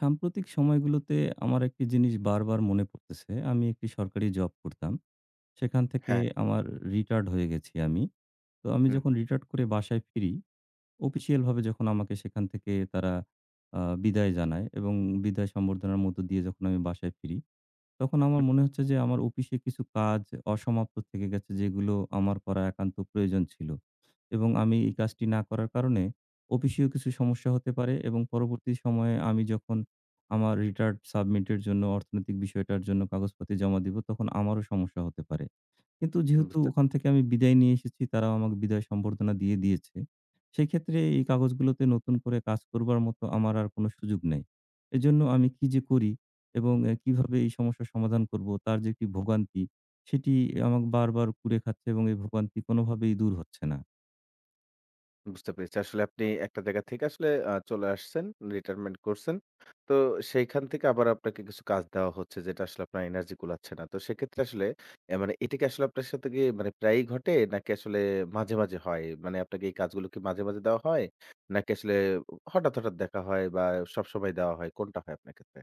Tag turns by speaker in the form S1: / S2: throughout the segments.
S1: সাম্প্রতিক সময়গুলোতে আমার একটি জিনিস বারবার মনে পড়তেছে। আমি একটি সরকারি জব করতাম। সেখান থেকে
S2: হ্যাঁ,
S1: আমার রিটায়ার্ড হয়ে গেছি আমি। তো আমি
S2: হুম,
S1: যখন রিটায়ার্ড করে বাসায় ফিরি, অফিসিয়াল ভাবে যখন আমাকে সেখান থেকে তারা বিদায় জানায় এবং বিদায় সম্বর্ধনার মধ্য দিয়ে যখন আমি বাসায় ফিরি, তখন আমার
S2: হুম,
S1: মনে হচ্ছে যে আমার অফিসে কিছু কাজ অসমাপ্ত থেকে গেছে, যেগুলো আমার করা একান্ত প্রয়োজন ছিল এবং আমি এই কাজটি না করার কারণে অফিসেও কিছু সমস্যা হতে পারে। এবং পরবর্তী সময়ে আমি যখন আমার রিটার্ন সাবমিটের জন্য অর্থনৈতিক বিষয়টার জন্য কাগজপত্র জমা দিব, তখন আমারও সমস্যা হতে পারে। কিন্তু
S2: হুম,
S1: যেহেতু
S2: বুঝতে
S1: ওখান থেকে আমি বিদায় নিয়ে এসেছি, তারাও আমাকে বিদায় সম্বর্ধনা দিয়ে দিয়েছে। সেক্ষেত্রে এই কাগজগুলোতে নতুন করে কাজ করবার মতো আমার আর কোনো সুযোগ নেই। এজন্য আমি কি যে করি এবং কিভাবে এই সমস্যার সমাধান করব, তার যে একটি ভোগান্তি, সেটি আমাকে বারবার কুরে খাচ্ছে এবং এই ভোগান্তি কোনোভাবেই দূর হচ্ছে না।
S2: বুঝতে পেরেছি। আসলে আপনি একটা জায়গা থেকে আসলে চলে আসছেন, রিটায়ারমেন্ট করছেন। তো সেইখান থেকে আবার আপনাকে কিছু কাজ দেওয়া হচ্ছে যেটা আসলে আপনার এনার্জি কুলাচ্ছে না। তো সেক্ষেত্রে আসলে মানে এটা কি আসলে আপনার সাথে কি মানে প্রায়ই ঘটে নাকি আসলে মাঝে, মাঝে হয়? মানে আপনাকে এই কাজগুলো কি মাঝে, মাঝে দেওয়া হয়? নাকি আসলে হঠাৎ, হঠাৎ দেখা হয় বা সবসময় দেওয়া হয়? কোনটা হয় আপনার ক্ষেত্রে?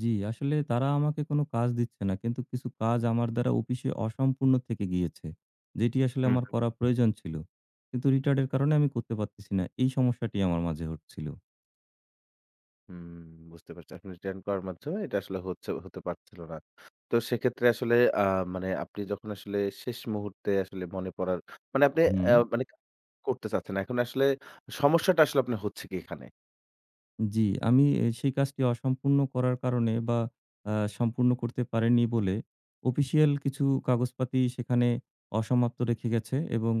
S1: জি, আসলে তারা আমাকে কোনো কাজ দিচ্ছে না। কিন্তু কিছু কাজ আমার দ্বারা অফিসে অসম্পূর্ণ থেকে গিয়েছে। যেটি আসলে আমার করা প্রয়োজন ছিল। কিন্তু রিটার্ড এর কারণে আমি করতে পারতেছি না। এই সমস্যাটি আমার মাঝে হচ্ছিল।
S2: হুম, বুঝতে পারছি। আপনি রিটার্ন করার মাধ্যমে এটা আসলে হচ্ছে হতে পারছিল না। তো সেক্ষেত্রে আসলে আ মানে আপনি যখন আসলে শেষ মুহূর্তে আসলে মনে পড়ার মানে আপনি
S1: হুম,
S2: মানে করতে চাচ্ছেন না। এখন আসলে সমস্যাটা আসলে আপনার হচ্ছে কি এখানে?
S1: জি, আমি সেই কাজটি অসম্পূর্ণ করার কারণে বা আ সম্পূর্ণ করতে পারেনি বলে অফিসিয়াল কিছু কাগজপাতি সেখানে অসমাপ্ত রেখে গেছে এবং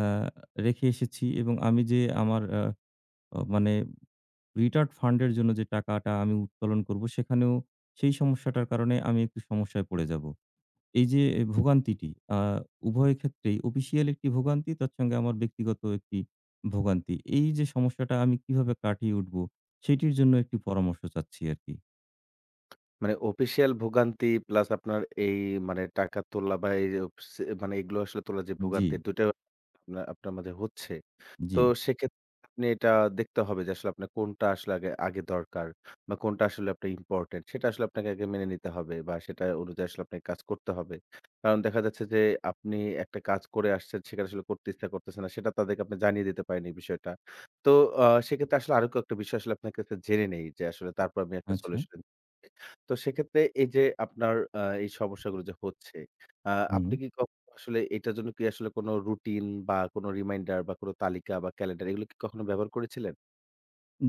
S1: আ রেখে এসেছি। এবং আমি যে আমার আ অ মানে রিটার্ড ফান্ড এর জন্য যে টাকাটা আমি উত্তোলন করব, সেখানেও সেই সমস্যাটার কারণে আমি একটু সমস্যায় পড়ে যাব। এই যে ভোগান্তিটি আ উভয় ক্ষেত্রেই অফিসিয়াল একটি ভোগান্তি, তার সঙ্গে আমার ব্যক্তিগত একটি ভোগান্তি। এই যে সমস্যাটা আমি কিভাবে কাটিয়ে উঠবো, সেটির জন্য একটি পরামর্শ চাচ্ছি আরকি।
S2: মানে অফিসিয়াল ভোগান্তি প্লাস আপনার এই মানে টাকা তোলা বা এই অফিসে মানে এগুলো আসলে তোলার যে
S1: জি,
S2: ভোগান্তি ২ টা আপনার আপনার মাঝে হচ্ছে।
S1: জি।
S2: তো সেক্ষেত্রে আপনি এটা দেখতে হবে যে আসলে আপনার কোনটা আসলে আগে আগে দরকার বা কোনটা আসলে আপনার ইম্পোর্টেন্ট সেটা আসলে আপনাকে আগে মেনে নিতে হবে বা সেটা অনুযায়ী আসলে আপনাকে কাজ করতে হবে। কারণ দেখা যাচ্ছে যে আপনি একটা কাজ করে আসছেন সেখানে আসলে করতে ইচ্ছা করতেছে না সেটা তাদেরকে আপনি জানিয়ে দিতে পারেন এই বিষয়টা। তো সেক্ষেত্রে আসলে আরো কয়েকটা বিষয় আসলে আপনার কাছে জেনে নেই যে আসলে তারপর আমি একটা
S1: আচ্ছা।
S2: সলিউশন তো সেক্ষেত্রে এই যে আপনার এই সমস্যাগুলো যে হচ্ছে আ
S1: হুম।
S2: আপনি কি আসলে এটার জন্য কি আসলে কোনো রুটিন বা কোনো রিমাইন্ডার বা কোনো তালিকা বা ক্যালেন্ডার এগুলো কি কখনো ব্যবহার করেছিলেন?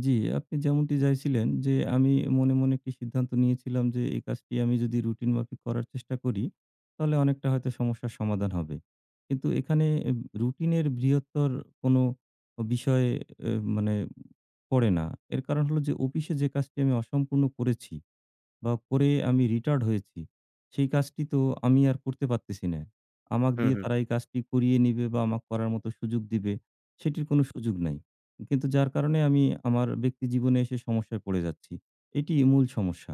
S1: জি, আপনি যেমনটি চাইছিলেন যে আমি মনে, মনে একটি সিদ্ধান্ত নিয়েছিলাম যে এই কাজটি আমি যদি রুটিন মাফিক করার চেষ্টা করি, তাহলে অনেকটা হয়তো সমস্যার সমাধান হবে। কিন্তু এখানে রুটিনের বৃহত্তর কোনো বিষয়ে এ মানে পড়ে না। এর কারণ হলো, যে অফিসে যে কাজটি আমি অসম্পূর্ণ করেছি বা করে আমি রিটায়ার্ড হয়েছি, সেই কাজটি তো আমি আর করতে পারতেছি না। আমাকে
S2: হুম,
S1: দিয়ে
S2: হুম।
S1: তারা এই কাজটি করিয়ে নিবে বা আমাকে করার মতো সুযোগ দিবে, সেটির কোনো সুযোগ নাই। কিন্তু যার কারণে আমি আমার ব্যক্তি জীবনে এসে সমস্যায় পড়ে যাচ্ছি। এটি মূল সমস্যা।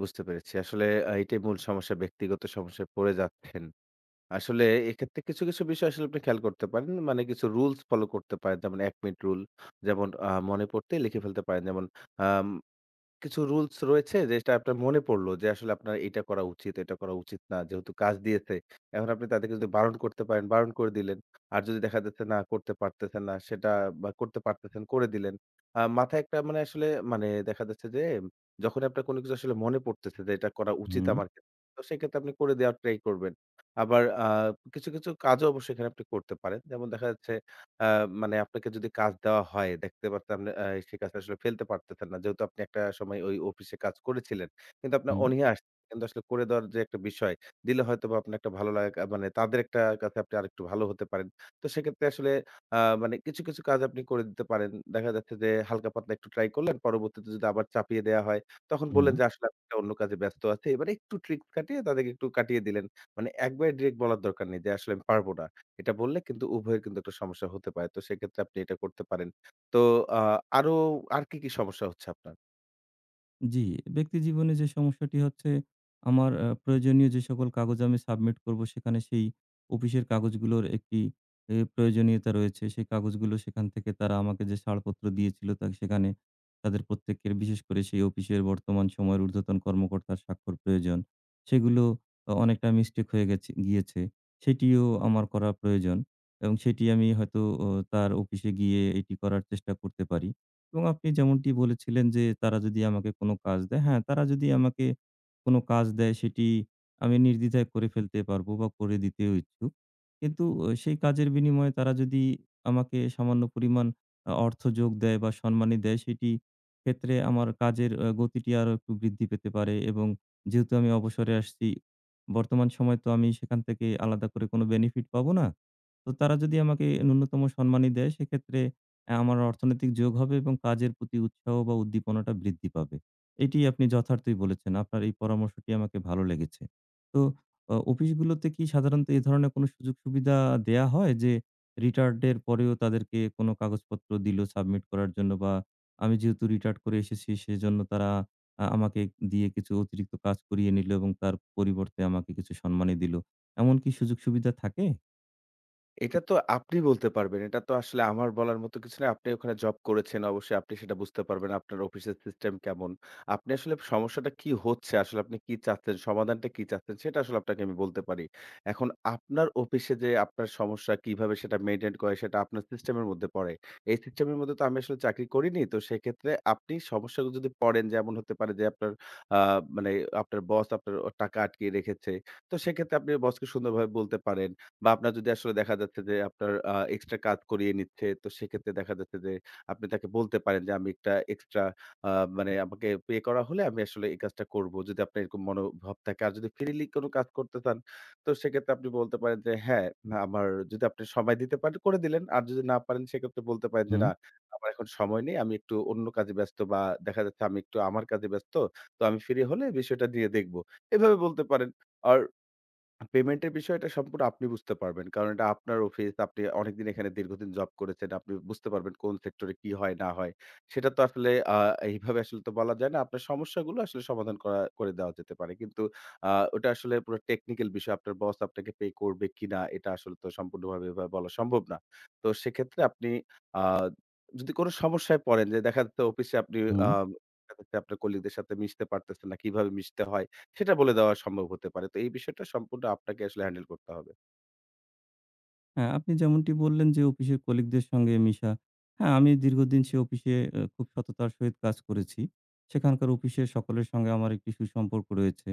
S2: বুঝতে পেরেছি। আসলে এটাই মূল সমস্যা ব্যক্তিগত সমস্যায় পড়ে যাচ্ছেন। আসলে এক্ষেত্রে কিছু, কিছু বিষয় আসলে আপনি খেয়াল করতে পারেন। মানে কিছু রুলস ফলো করতে পারেন। যেমন ১ মিনিট রুল যেমন মনে পড়তেই লিখে ফেলতে পারেন। যেমন আম কিছু রুলস রয়েছে যেটা আপনার মনে পড়লো যে আসলে আপনার এটা করা উচিত, এটা করা উচিত না। যেহেতু কাজ দিয়েছে। এখন আপনি তাদেরকে যদি বারণ করতে পারেন, বারণ করে দিলেন। আর যদি দেখা যাচ্ছে না করতে পারতেছেন না সেটা বা করতে পারতেছেন করে দিলেন। মাথায় একটা মানে আসলে মানে দেখা যাচ্ছে যে যখন আপনার কোনো কিছু আসলে মনে পড়তেছে যে এটা করা উচিত
S1: হুম,
S2: আমার ক্ষেত্রে। তো সেক্ষেত্রে আপনি করে দেওয়ার ট্রাই করবেন। আবার কিছু, কিছু কাজও অবশ্যই এখানে আপনি করতে পারেন। যেমন দেখা যাচ্ছে আ মানে আপনাকে যদি কাজ দেওয়া হয় দেখতে পারতাম সে কাজটা আসলে ফেলতে পারতেছেন না। যেহেতু আপনি একটা সময় ওই অফিসে কাজ করেছিলেন। কিন্তু আপনার
S1: হুম,
S2: অনীহা আসছে। কিন্তু আসলে করে দেওয়ার যে একটা বিষয়, দিলে হয়তোবা আপনার একটা ভালো লাগা মানে তাদের একটা কাছে আপনি আরেকটু ভালো হতে পারেন। তো সেক্ষেত্রে আসলে আ মানে কিছু, কিছু কাজ আপনি করে দিতে পারেন। দেখা যাচ্ছে যে হালকা পাতলা একটু ট্রাই করলেন। পরবর্তীতে যদি আবার চাপিয়ে দেয়া হয়, তখন
S1: হুম।
S2: বললেন যে আসলে আমি একটা অন্য কাজে ব্যস্ত আছি। এবার একটু ট্রিক্স খাটিয়ে তাদেরকে একটু কাটিয়ে দিলেন। মানে একবারে ডিরেক্ট বলার দরকার নেই যে আসলে আমি পারব না। এটা বললে কিন্তু উভয়ের কিন্তু একটা সমস্যা হতে পারে। তো সেক্ষেত্রে আপনি এটা করতে পারেন। তো আ আরো আর কি, কি সমস্যা হচ্ছে আপনার?
S1: জি, ব্যক্তি জীবনে যে সমস্যাটি হচ্ছে, আমার প্রয়োজনীয় যে সকল কাগজ আমি সাবমিট করব, সেখানে সেই অফিসের কাগজগুলোর একটি প্রয়োজনীয়তা রয়েছে। সেই কাগজগুলো সেখান থেকে তারা আমাকে যে ছাড়পত্র দিয়েছিল, তা সেখানে তাদের প্রত্যেকের, বিশেষ করে সেই অফিসের বর্তমান সময়ের ঊর্ধ্বতন কর্মকর্তার স্বাক্ষর প্রয়োজন। সেগুলো অনেকটা মিস্টেক হয়ে গিয়েছে। সেটিও আমার করা প্রয়োজন এবং সেটি আমি হয়তো ও তার অফিসে গিয়ে এটি করার চেষ্টা করতে পারি। এবং আপনি যেমনটি বলেছিলেন যে, তারা যদি আমাকে কোনো কাজ দেয়, হ্যাঁ, তারা যদি আমাকে কোনো কাজ দেয়, সেটি আমি নির্দ্বিধায় করে ফেলতে পারবো বা করে দিতেও ইচ্ছুক। কিন্তু সেই কাজের বিনিময়ে তারা যদি আমাকে সামান্য পরিমাণ অর্থ যোগ দেয় বা সম্মানী দেয়, সেটি ক্ষেত্রে আমার কাজের গতিটি আরো একটু বৃদ্ধি পেতে পারে। এবং যেহেতু আমি অবসরে আসছি, বর্তমান সময় তো আমি সেখান থেকে আলাদা করে কোনো বেনিফিট পাবো না। তো তারা যদি আমাকে ন্যূনতম সম্মানই দেয়, সেক্ষেত্রে আমার অর্থনৈতিক যোগ হবে এবং কাজের প্রতি উৎসাহ বা উদ্দীপনাটা বৃদ্ধি পাবে। এটি আপনি যথার্থই বলেছেন। আপনার এই পরামর্শটি আমাকে ভালো লেগেছে। তো অফিসগুলোতে কি সাধারণত এ ধরনের কোনো সুযোগ-সুবিধা দেয়া হয় যে, রিটায়ার্ড এর পরেও তাদেরকে কোনো কাগজপত্র দিল সাবমিট করার জন্য, বা আমি যেহেতু রিটায়ার্ড করে এসেছি, সেজন্য তারা আমাকে দিয়ে কিছু অতিরিক্ত কাজ করিয়ে নিল এবং তার পরিবর্তে আমাকে কিছু সম্মানী দিল। এমন কি সুযোগ-সুবিধা থাকে?
S2: এটা তো আপনি বলতে পারবেন। এটা তো আসলে আমার বলার মতো কিছু না। আপনি ওখানে জব করেছেন। অবশ্যই আপনি সেটা বুঝতে পারবেন। আপনার অফিসের সিস্টেম কেমন। আপনি আসলে সমস্যাটা কি হচ্ছে, আসলে আপনি কি চাচ্ছেন, সমাধানটা কি চাচ্ছেন সেটা আসলে আপনাকে আমি বলতে পারি। এখন আপনার অফিসে যে আপনার সমস্যা কিভাবে সেটা মেইনটেইন করে সেটা আপনার সিস্টেমের মধ্যে পড়ে। এই সিস্টেমের মধ্যে তো আমি আসলে চাকরি করিনি। তো সেক্ষেত্রে আপনি সমস্যাগুলো যদি পড়েন যে এমন হতে পারে যে আপনার আ মানে আপনার বস আপনার টাকা আটকিয়ে রেখেছে। তো সেক্ষেত্রে আপনি বসকে সুন্দরভাবে বলতে পারেন। বা আপনার যদি আসলে দেখা যাচ্ছে যে আপনার এক্সট্রা কাজ করিয়ে নিচ্ছে, তো সেক্ষেত্রে দেখা যাচ্ছে যে আপনি তাকে বলতে পারেন যে, "আমি একটা এক্সট্রা আ মানে আমাকে পে করা হলে আমি আসলে এই কাজটা করব।" যদি আপনার এরকম মনোভাব থাকে। আর যদি ফ্রিলি কোন কাজ করতে চান, তো সেক্ষেত্রে আপনি বলতে পারেন যে, "হ্যাঁ, না, আমার" যদি আপনি সময় দিতে পারেন করে দিলেন। আর যদি না পারেন সেক্ষেত্রে বলতে পারেন যে,
S1: হুম,
S2: "না, আমার এখন সময় নেই। আমি একটু অন্য কাজে ব্যস্ত বা দেখা যাচ্ছে আমি একটু আমার কাজে ব্যস্ত। তো আমি ফ্রি হলে বিষয়টা দিয়ে দেখব।" এভাবে বলতে পারেন। আর পেমেন্টের বিষয়টা সম্পূর্ণ আপনি বুঝতে পারবেন। কারণ এটা আপনার অফিস, আপনি অনেকদিন এখানে দীর্ঘদিন জব করেছেন। আপনি বুঝতে পারবেন কোন সেক্টরে কি হয় না হয়। সেটা তো আসলে এইভাবে আসলে তো বলা যায় না। আপনার সমস্যাগুলো আসলে সমাধান করা করে দেওয়া যেতে পারে। কিন্তু আ ওটা আসলে পুরো টেকনিক্যাল বিষয়। আপনার বস আপনাকে পে করবে কিনা এটা আসলে তো সম্পূর্ণভাবে এভাবে বলা সম্ভব না। তো সেক্ষেত্রে আপনি আ যদি কোনো সমস্যায় পড়েন যে দেখা যাচ্ছে অফিসে আপনি আ
S1: হুম।
S2: আপনার কলিগদের সাথে মিশতে পারতেছেন না, কিভাবে মিশতে হয় সেটা বলে দেওয়া সম্ভব হতে পারে। তো এই বিষয়টা সম্পূর্ণ আপনাকে আসলে হ্যান্ডেল করতে হবে।
S1: হ্যাঁ, আপনি যেমনটি বললেন, যে অফিসের কলিগদের সঙ্গে মিশা। হ্যাঁ, আমি দীর্ঘদিন সে অফিসে খুব সততার সহিত কাজ করেছি। সেখানকার অফিসের সকলের সঙ্গে আমার একটি সুসম্পর্ক রয়েছে।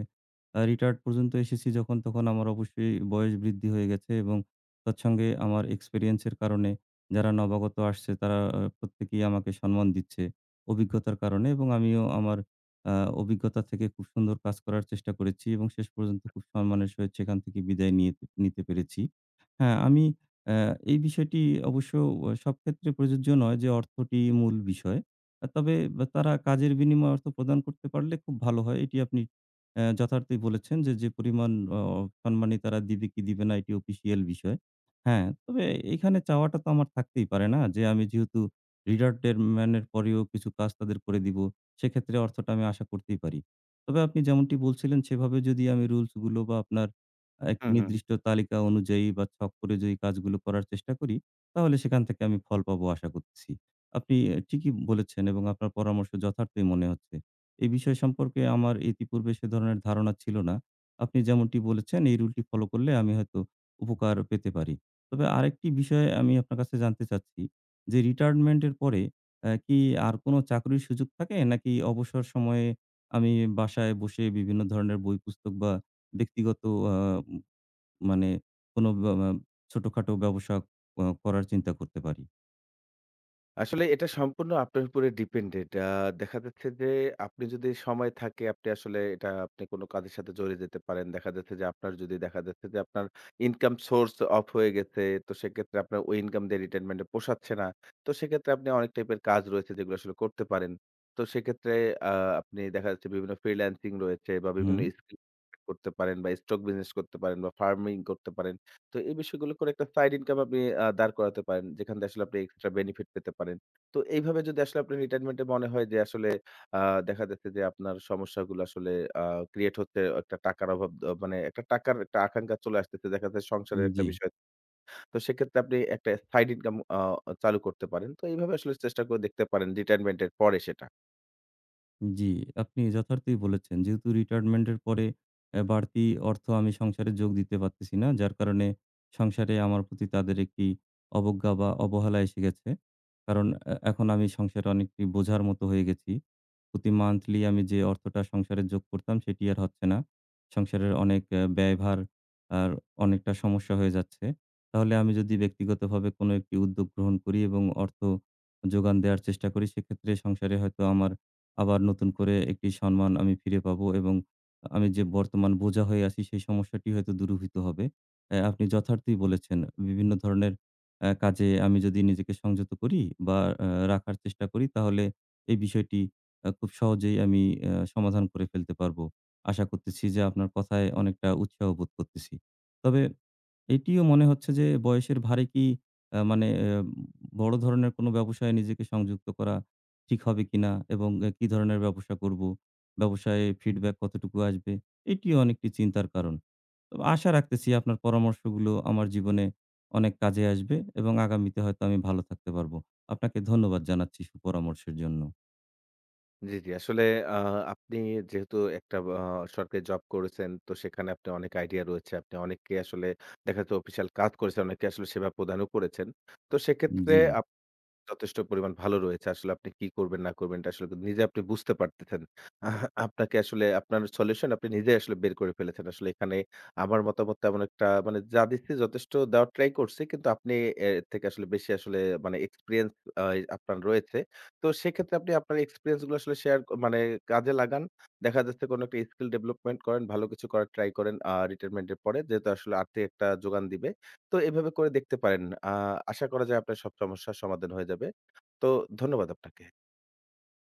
S1: রিটায়ার্ড পর্যন্ত এসেছি যখন, তখন আমার অবশ্যই বয়স বৃদ্ধি হয়ে গেছে এবং তৎসঙ্গে আমার এক্সপেরিয়েন্সের কারণে যারা নবাগত আসছে, তারা প্রত্যেকেই আমাকে সম্মান দিচ্ছে অভিজ্ঞতার কারণে, এবং আমিও আমার আ অভিজ্ঞতা থেকে খুব সুন্দর কাজ করার চেষ্টা করেছি এবং শেষ পর্যন্ত খুব সম্মানের সহিত সেখান থেকে বিদায় নিয়ে নিতে পেরেছি। হ্যাঁ, আমি অ্যা এই বিষয়টি, অবশ্য সব ক্ষেত্রে প্রযোজ্য নয় যে অর্থটি মূল বিষয়। তবে বা তারা কাজের বিনিময়ে অর্থ প্রদান করতে পারলে খুব ভালো হয়। এটি আপনি যথার্থই বলেছেন যে, যে পরিমাণ অ সম্মানী তারা দিবে কি দিবে না, এটি অফিসিয়াল বিষয়। হ্যাঁ, তবে এখানে চাওয়াটা তো আমার থাকতেই পারে না যে, আমি যেহেতু রিটায়ারমেন্ট এর পরেও কিছু কাজ তাদের করে দিব, সেক্ষেত্রে অর্থটা আমি আশা করতেই পারি। তবে আপনি যেমনটি বলছিলেন সেভাবে যদি আমি রুলস গুলো বা আপনার একটি
S2: হুম, হুম।
S1: নির্দিষ্ট তালিকা অনুযায়ী বা ছক করে যদি কাজগুলো করার চেষ্টা করি, তাহলে সেখান থেকে আমি ফল পাবো আশা করতেছি। আপনি ঠিকই বলেছেন এবং আপনার পরামর্শ যথার্থই মনে হচ্ছে। এই বিষয় সম্পর্কে আমার ইতিপূর্বে সে ধরনের ধারণা ছিল না। আপনি যেমনটি বলেছেন, এই রুলটি ফলো করলে আমি হয়তো উপকার পেতে পারি। তবে আরেকটি বিষয় আমি আপনার কাছে জানতে চাচ্ছি, যে রিটায়ারমেন্ট এর পরে কি আর কোন চাকরির সুযোগ থাকে? নাকি অবসর সময়ে আমি বাসায় বসে বিভিন্ন ধরনের বই পুস্তক বা ব্যক্তিগত আ মানে কোনো বা বা ছোটখাটো ব্যবসা করার চিন্তা করতে পারি।
S2: আসলে এটা সম্পূর্ণ আপনার উপরে ডিপেন্ডেড। দেখা যাচ্ছে যে আপনি যদি সময় থাকে আপনি আসলে এটা আপনি কোন কাজের সাথে জড়িয়ে যেতে পারেন। দেখা যাচ্ছে যে আপনার যদি দেখা যাচ্ছে যে আপনার ইনকাম সোর্স অফ হয়ে গেছে। তো সেক্ষেত্রে আপনার ওই ইনকাম দিয়ে রিটায়ারমেন্ট এ পোষাচ্ছে না। তো সেক্ষেত্রে আপনি অনেক টাইপের কাজ রয়েছে যেগুলো আসলে করতে পারেন। তো সেক্ষেত্রে আ আপনি দেখা যাচ্ছে বিভিন্ন ফ্রিল্যান্সিং রয়েছে বা
S1: হুম,
S2: বিভিন্ন স্কিল করতে পারেন বা স্টক বিজনেস করতে পারেন বা ফার্মিং করতে পারেন। তো এই বিষয়গুলো করে একটা সাইড ইনকাম আপনি দাঁড় করাতে পারেন। যেখান দিয়ে আসলে আপনি এক্সট্রা বেনিফিট পেতে পারেন। তো এইভাবে যদি আসলে আপনার রিটায়ারমেন্ট এ মনে হয় যে আসলে আ দেখা যাচ্ছে যে আপনার সমস্যাগুলো আসলে আ ক্রিয়েট হচ্ছে একটা টাকার অভাব মানে একটা টাকার একটা আকাঙ্খা চলে আসতেছে। দেখা যায় সংসারের একটা
S1: জি।
S2: বিষয়। তো সেক্ষেত্রে আপনি একটা সাইড ইনকাম চালু করতে পারেন। তো এইভাবে আসলে চেষ্টা করে দেখতে পারেন রিটায়ারমেন্ট এর পরে সেটা।
S1: জি, আপনি যথার্থই বলেছেন। যেহেতু রিটায়ারমেন্টের পরে বাড়তি অর্থ আমি সংসারে যোগ দিতে পারতেছি না, যার কারণে সংসারে আমার প্রতি তাদের একটি অবজ্ঞা বা অবহেলা এসে গেছে। কারণ এখন আমি সংসারে অনেকটি বোঝার মতো হয়ে গেছি। প্রতি মান্থলি আমি যে অর্থটা সংসারে যোগ করতাম, সেটি আর হচ্ছে না। সংসারের অনেক ব্যয়ভার আর অনেকটা সমস্যা হয়ে যাচ্ছে। তাহলে আমি যদি ব্যক্তিগতভাবে কোনো একটি উদ্যোগ গ্রহণ করি এবং অর্থ যোগান দেয়ার চেষ্টা করি, সেক্ষেত্রে সংসারে হয়তো আমার আবার নতুন করে একটি সম্মান আমি ফিরে পাবো এবং আমি যে বর্তমান বোঝা হয়ে আছি, সেই সমস্যাটি হয়তো দূরীভূত হবে। আপনি যথার্থই বলেছেন। বিভিন্ন ধরনের কাজে আমি যদি নিজেকে সংযত করি বা আ রাখার চেষ্টা করি, তাহলে এই বিষয়টি খুব সহজেই আমি সমাধান করে ফেলতে পারবো। আশা করতেছি যে, আপনার কথায় অনেকটা উৎসাহ বোধ করতেছি। তবে এটিও মনে হচ্ছে যে, বয়সের ভারে কি আ মানে এ বড় ধরনের কোনো ব্যবসায় নিজেকে সংযুক্ত করা ঠিক হবে কিনা, এবং কি ধরনের ব্যবসা করব? ব্যবসায় ফিডব্যাক কতটুকু আসবে? এটিও অনেকটি চিন্তার কারণ। তবে আশা রাখতেছি আপনার পরামর্শগুলো আমার জীবনে অনেক কাজে আসবে এবং আগামীতে হয়তো আমি ভালো থাকতে পারব। আপনাকে ধন্যবাদ জানাচ্ছি সুপরামর্শের জন্য।
S2: জি, জি। আসলে আ আপনি যেহেতু একটা সরকারি জব করেছেন, তো সেখানে আপনি অনেক আইডিয়া রয়েছে। আপনি অনেককে আসলে দেখা যাচ্ছে অফিসিয়াল কাজ করেছেন, অনেককে আসলে সেবা প্রদানও করেছেন। তো সেক্ষেত্রে
S1: জি।
S2: যথেষ্ট পরিমাণ ভালো রয়েছে। আসলে আপনি কি করবেন না করবেন এটা আসলে নিজে আপনি বুঝতে পারতেছেন। আপনাকে আসলে আপনার সলিউশন আপনি নিজেই আসলে বের করে ফেলেছেন। আসলে এখানে আমার মতামত তেমন একটা মানে যা দিচ্ছি যথেষ্ট দেওয়ার ট্রাই করছি। কিন্তু আপনি এর থেকে আসলে বেশি আসলে মানে এক্সপেরিয়েন্স আ আপনার রয়েছে। তো সেক্ষেত্রে আপনি আপনার এক্সপেরিয়েন্স গুলো আসলে শেয়ার মানে কাজে লাগান। দেখা যাচ্ছে কোনো একটা স্কিল ডেভেলপমেন্ট করেন, ভালো কিছু করার ট্রাই করেন রিটায়ারমেন্ট এর পরে। যেহেতু আসলে আর্থিক একটা যোগান দিবে। তো এভাবে করে দেখতে পারেন। আশা করা যায় আপনার সব সমস্যার সমাধান হয়ে যাবে। তো ধন্যবাদ আপনাকে।